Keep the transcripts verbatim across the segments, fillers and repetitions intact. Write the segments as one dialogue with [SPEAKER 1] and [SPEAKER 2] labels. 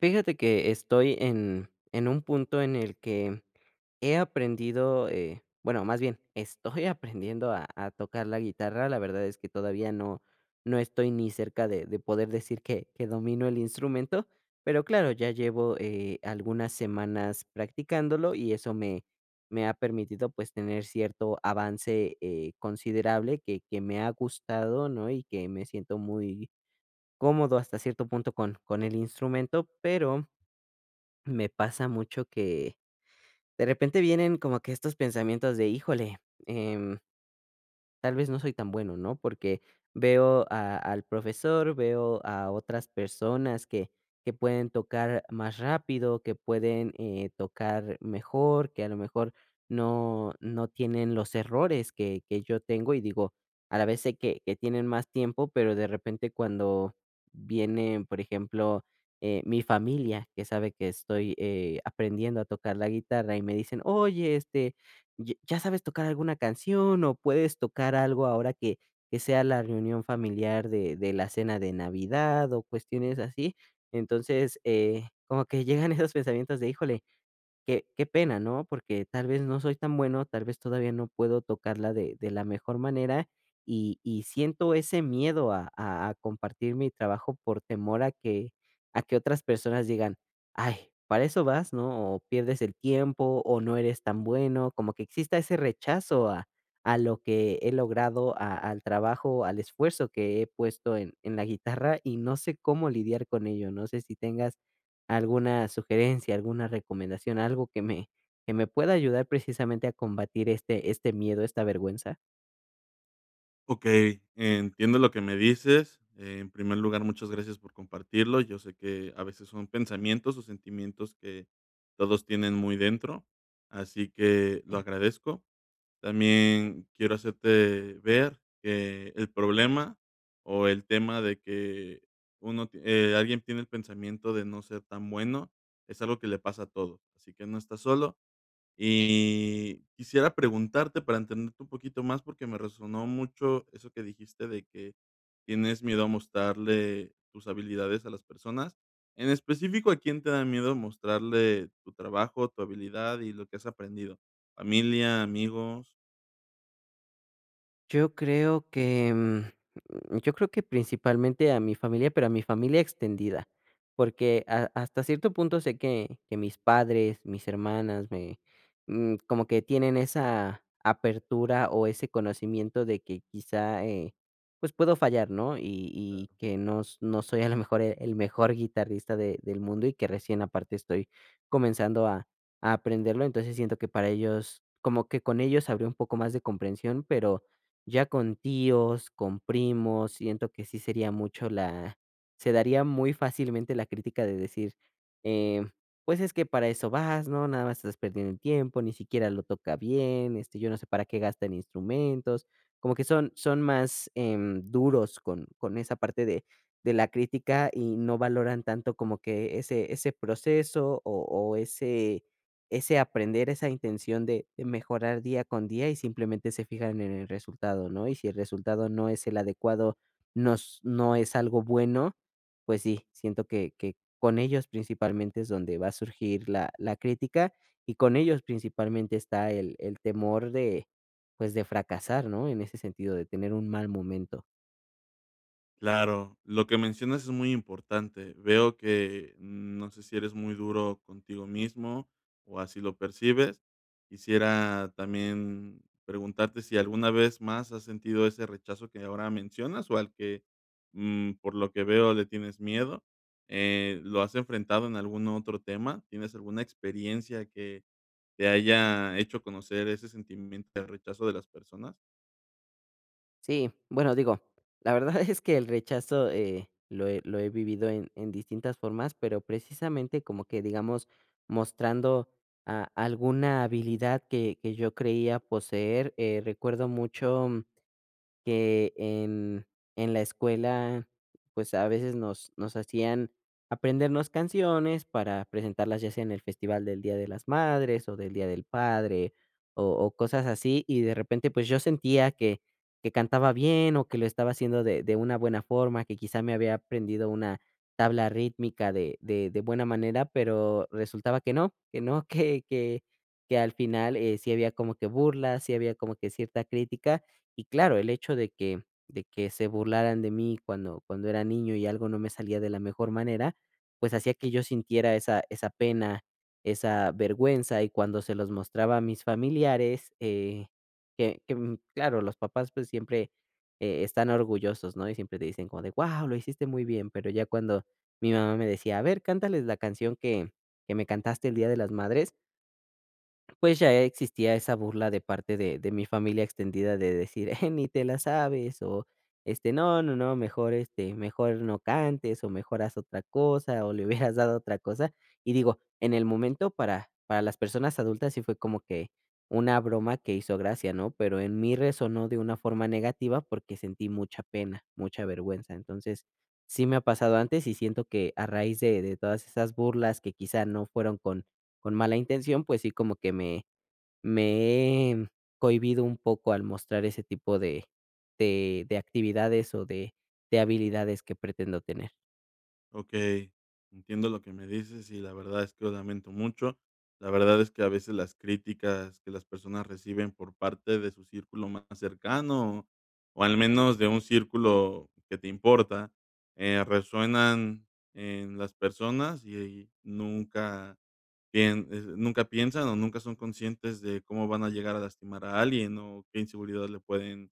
[SPEAKER 1] Fíjate que estoy en, en un punto en el que he aprendido, eh, bueno, más bien, estoy aprendiendo a, a tocar la guitarra. La verdad es que todavía no, no estoy ni cerca de, de poder decir que, que domino el instrumento, pero claro, ya llevo eh, algunas semanas practicándolo y eso me, me ha permitido pues tener cierto avance eh, considerable que, que me ha gustado, ¿no? Y que me siento muy cómodo hasta cierto punto con, con el instrumento, pero me pasa mucho que de repente vienen como que estos pensamientos de, híjole, em, tal vez no soy tan bueno, ¿no? Porque veo a al profesor, veo a otras personas que que pueden tocar más rápido, que pueden, eh, tocar mejor, que a lo mejor no no tienen los errores que que yo tengo, y digo, a la vez sé que que tienen más tiempo, pero de repente cuando viene, por ejemplo, eh, mi familia, que sabe que estoy, eh, aprendiendo a tocar la guitarra, y me dicen: "Oye, este, ¿Ya ya sabes tocar alguna canción o puedes tocar algo ahora que que sea la reunión familiar de de la cena de Navidad o cuestiones así?". Entonces, eh, como que llegan esos pensamientos de, híjole, Qué qué pena, ¿no? Porque tal vez no soy tan bueno, tal vez todavía no puedo tocarla de de la mejor manera, y y siento ese miedo a a a compartir mi trabajo por temor a que a que otras personas digan: "Ay, para eso vas, ¿no? O pierdes el tiempo, o no eres tan bueno", como que exista ese rechazo a a lo que he logrado, a al trabajo, al esfuerzo que he puesto en en la guitarra, y no sé cómo lidiar con ello. No sé si tengas alguna sugerencia, alguna recomendación, algo que me que me pueda ayudar precisamente a combatir este este miedo, esta vergüenza?
[SPEAKER 2] Ok, entiendo lo que me dices. Eh, en primer lugar, muchas gracias por compartirlo. Yo sé que a veces son pensamientos o sentimientos que todos tienen muy dentro, así que lo agradezco. También quiero hacerte ver que el problema o el tema de que uno, ti- eh, alguien tiene el pensamiento de no ser tan bueno es algo que le pasa a todos, así que no estás solo. Y quisiera preguntarte para entenderte un poquito más, porque me resonó mucho eso que dijiste de que tienes miedo a mostrarle tus habilidades a las personas. En específico, ¿a quién te da miedo mostrarle tu trabajo, tu habilidad y lo que has aprendido? ¿Familia, amigos?
[SPEAKER 1] Yo creo que, mm, yo creo que principalmente a mi familia, pero a mi familia extendida, porque a- hasta cierto punto sé que, que mis padres, mis hermanas, me, mm, como que tienen esa apertura o ese conocimiento de que quizá, eh, pues puedo fallar, ¿no? Y, y que no, s- no soy a lo mejor el, el mejor guitarrista de- del mundo y que recién aparte estoy comenzando a, a aprenderlo. Entonces siento que para ellos, como que con ellos habría un poco más de comprensión, pero ya con tíos, con primos, siento que sí sería mucho la se daría muy fácilmente la crítica de decir, em, pues es que para eso vas, ¿no? Nada más estás perdiendo el tiempo, ni siquiera lo toca bien, este, yo no sé para qué gastan instrumentos. Como que son son más, em, duros con con esa parte de de la crítica y no valoran tanto como que ese ese proceso o o ese ese aprender, esa intención de de mejorar día con día y simplemente se fijan en el resultado, ¿no? Y si el resultado no es el adecuado, nos no es algo bueno, pues sí, siento que que con ellos principalmente es donde va a surgir la la crítica y con ellos principalmente está el el temor de, pues, de fracasar, ¿no? En ese sentido, de tener un mal momento.
[SPEAKER 2] Claro, lo que mencionas es muy importante. Veo que mm, no sé si eres muy duro contigo mismo o así lo percibes. Quisiera también preguntarte si alguna vez más has sentido ese rechazo que ahora mencionas o al que mm, por lo que veo le tienes miedo. Eh, ¿lo has enfrentado en algún otro tema? ¿Tienes alguna experiencia que te haya hecho conocer ese sentimiento de rechazo de las personas?
[SPEAKER 1] Sí, bueno, digo, la verdad es que el rechazo, eh, lo he, lo he vivido en, en distintas formas, pero precisamente como que, digamos, mostrando a- alguna habilidad que, que yo creía poseer. Eh, recuerdo mucho que en en la escuela, pues, a veces nos nos hacían aprendernos canciones para presentarlas, ya sea en el festival del Día de las Madres o del Día del Padre o o cosas así, y de repente, pues, yo sentía que que cantaba bien o que lo estaba haciendo de de una buena forma, que quizá me había aprendido una tabla rítmica de de de buena manera, pero resultaba que no, que no, que que que al final, eh, sí había como que burlas, sí había como que cierta crítica. Y claro, el hecho de que de que se burlaran de mí cuando cuando era niño y algo no me salía de la mejor manera, pues hacía que yo sintiera esa esa pena, esa vergüenza, y cuando se los mostraba a mis familiares, eh, que que, mm, claro, los papás, pues, siempre, eh, están orgullosos, ¿no? Y siempre te dicen como de: "Guau, lo hiciste muy bien", pero ya cuando mi mamá me decía: "A ver, cántales la canción que que me cantaste el Día de las Madres", pues, ya existía esa burla de parte de de mi familia extendida de decir: "Eh, ni te la sabes", o, este: "No, no, no, mejor, este, mejor no cantes, o mejor haz otra cosa, o le hubieras dado otra cosa". Y digo, en el momento, para para las personas adultas sí fue como que una broma que hizo gracia, ¿no? Pero en mí resonó de una forma negativa porque sentí mucha pena, mucha vergüenza. Entonces, sí me ha pasado antes y siento que a raíz de de todas esas burlas, que quizá no fueron con con mala intención, pues sí, como que me me he cohibido un poco al mostrar ese tipo de de de actividades o de de habilidades que pretendo tener.
[SPEAKER 2] Okey, entiendo lo que me dices y la verdad es que lo lamento mucho. La verdad es que a veces las críticas que las personas reciben por parte de su círculo más cercano, o al menos de un círculo que te importa, eh, resuenan en las personas y nunca pien eh, nunca piensan o nunca son conscientes de cómo van a llegar a lastimar a alguien o qué inseguridad le pueden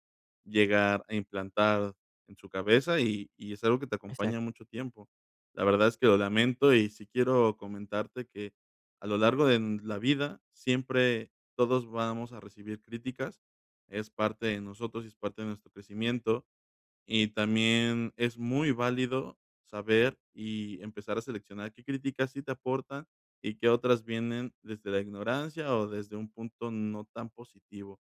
[SPEAKER 2] llegar a implantar en su cabeza y y es algo que te acompaña
[SPEAKER 1] Exacto.
[SPEAKER 2] mucho tiempo. La verdad es que lo lamento y sí quiero comentarte que a lo largo de la vida siempre todos vamos a recibir críticas, es parte de nosotros y es parte de nuestro crecimiento y también es muy válido saber y empezar a seleccionar qué críticas sí te aportan y qué otras vienen desde la ignorancia o desde un punto no tan positivo.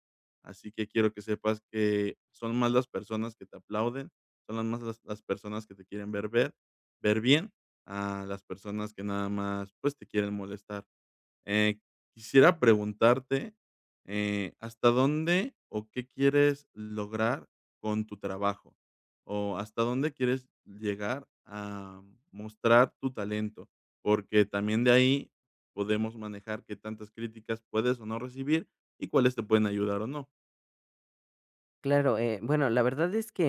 [SPEAKER 2] Así que quiero que sepas que son más las personas que te aplauden, son las más las, las personas que te quieren ver ver, ver bien, a las personas que nada más pues te quieren molestar. Eh, quisiera preguntarte, eh, ¿hasta dónde o qué quieres lograr con tu trabajo? ¿O hasta dónde quieres llegar a mostrar tu talento? Porque también de ahí podemos manejar qué tantas críticas puedes o no recibir y cuáles te pueden ayudar o no.
[SPEAKER 1] Claro, eh, bueno, la verdad es que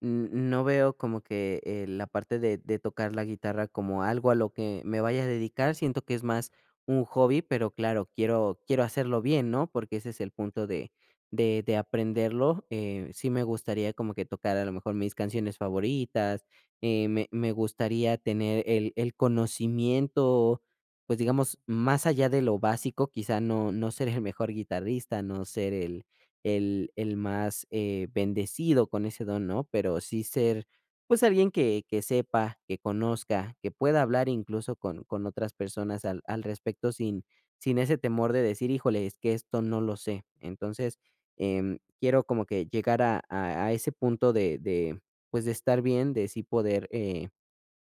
[SPEAKER 1] n no veo como que, eh, la parte de de tocar la guitarra como algo a lo que me vaya a dedicar, siento que es más un hobby, pero claro, quiero quiero hacerlo bien, ¿no? Porque ese es el punto de de de aprenderlo. Eh, sí me gustaría como que tocar a lo mejor mis canciones favoritas, eh, me me gustaría tener el el conocimiento, pues, digamos, más allá de lo básico, quizá no no ser el mejor guitarrista, no ser el el, el más eh, bendecido con ese don, ¿no? Pero sí ser, pues, alguien que, que sepa, que conozca, que pueda hablar incluso con, con otras personas al, al respecto, sin, sin ese temor de decir, híjole, es que esto no lo sé. Entonces, em, quiero como que llegar a, a- a ese punto de, de, pues, de estar bien, de sí poder, eh,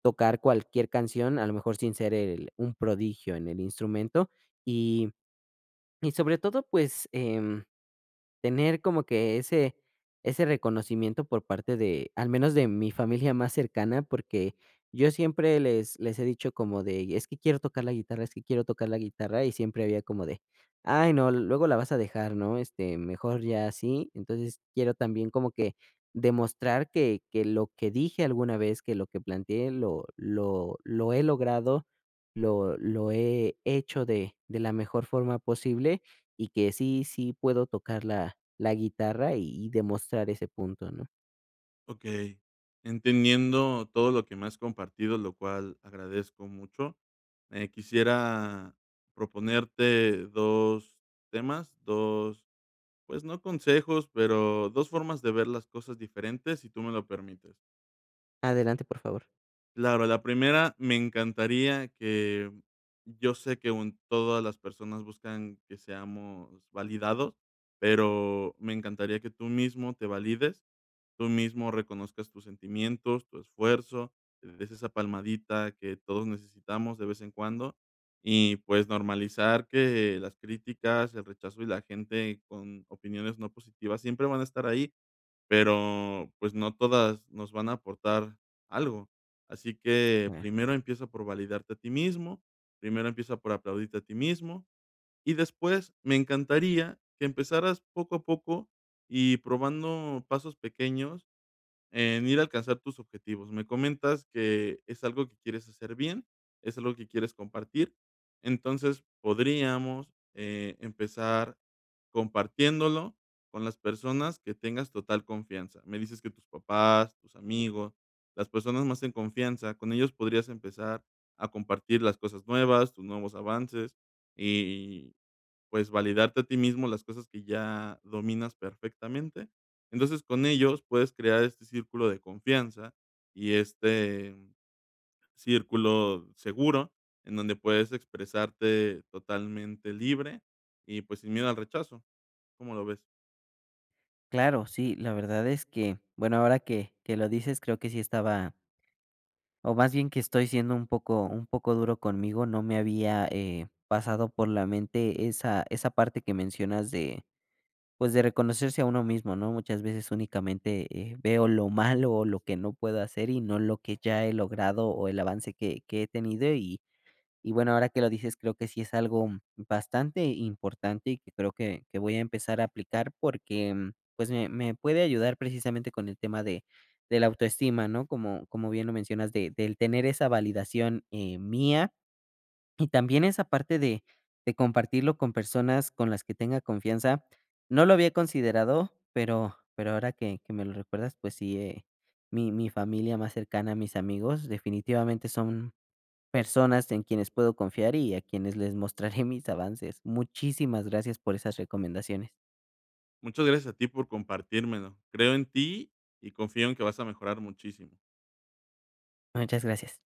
[SPEAKER 1] tocar cualquier canción, a lo mejor sin ser el- un prodigio en el instrumento. Y, y, sobre todo, pues... em, tener como que ese ese reconocimiento por parte de, al menos, de mi familia más cercana, porque yo siempre les les he dicho como de: "Es que quiero tocar la guitarra, es que quiero tocar la guitarra", y siempre había como de: "Ay, no, luego la vas a dejar, ¿no? Este, mejor ya así". Entonces, quiero también como que demostrar que que lo que dije alguna vez, que lo que planteé, lo lo lo he logrado, lo lo he hecho de de la mejor forma posible y que sí, sí puedo tocar la la guitarra y y demostrar ese punto, ¿no?
[SPEAKER 2] Ok, entendiendo todo lo que me has compartido, lo cual agradezco mucho, eh, quisiera proponerte dos temas, dos. Pues no consejos, pero dos formas de ver las cosas diferentes, si tú me lo permites.
[SPEAKER 1] Adelante, por favor.
[SPEAKER 2] Claro, la primera, me encantaría que yo sé que un todas las personas buscan que seamos validados, pero me encantaría que tú mismo te valides, tú mismo reconozcas tus sentimientos, tu esfuerzo, te des esa palmadita que todos necesitamos de vez en cuando, y pues normalizar que las críticas, el rechazo y la gente con opiniones no positivas siempre van a estar ahí, pero, pues, no todas nos van a aportar algo. Así que
[SPEAKER 1] Claro,
[SPEAKER 2] primero empieza por validarte a ti mismo, primero empieza por aplaudirte a ti mismo, y después me encantaría que empezaras poco a poco y probando pasos pequeños en ir a alcanzar tus objetivos. Me comentas que es algo que quieres hacer bien, es algo que quieres compartir. Entonces, podríamos eh, empezar compartiéndolo con las personas que tengas total confianza. Me dices que tus papás, tus amigos, las personas más en confianza, con ellos podrías empezar a compartir las cosas nuevas, tus nuevos avances, pues, validarte a ti mismo las cosas que ya dominas perfectamente. Entonces, con ellos puedes crear este círculo de confianza y este mm, círculo seguro en donde puedes expresarte totalmente libre y, pues, sin miedo al rechazo, ¿cómo lo ves?
[SPEAKER 1] claro, sí, la verdad es que, bueno, ahora que que lo dices, creo que sí estaba, o más bien que estoy siendo un poco un poco duro conmigo. No me había eh, pasado por la mente esa esa parte que mencionas de, pues, de reconocerse a uno mismo, ¿no? Muchas veces únicamente, eh, veo lo malo o lo que no puedo hacer y no lo que ya he logrado o el avance que que he tenido. y Y bueno, ahora que lo dices, creo que sí es algo, mm, bastante importante y que creo que, que voy a empezar a aplicar, porque, mm, pues me, me puede ayudar precisamente con el tema de, de la autoestima, ¿no? Como, como bien lo mencionas, de, del tener esa validación, eh, mía, y también esa parte de, de compartirlo con personas con las que tenga confianza. No lo había considerado, pero, pero ahora que, que me lo recuerdas, pues sí, eh, mi, mi familia más cercana, mis amigos, definitivamente son personas en quienes puedo confiar y a quienes les mostraré mis avances. Muchísimas gracias por esas recomendaciones.
[SPEAKER 2] Muchas gracias a ti por compartírmelo. Creo en ti y confío en que vas a mejorar muchísimo.
[SPEAKER 1] Muchas gracias.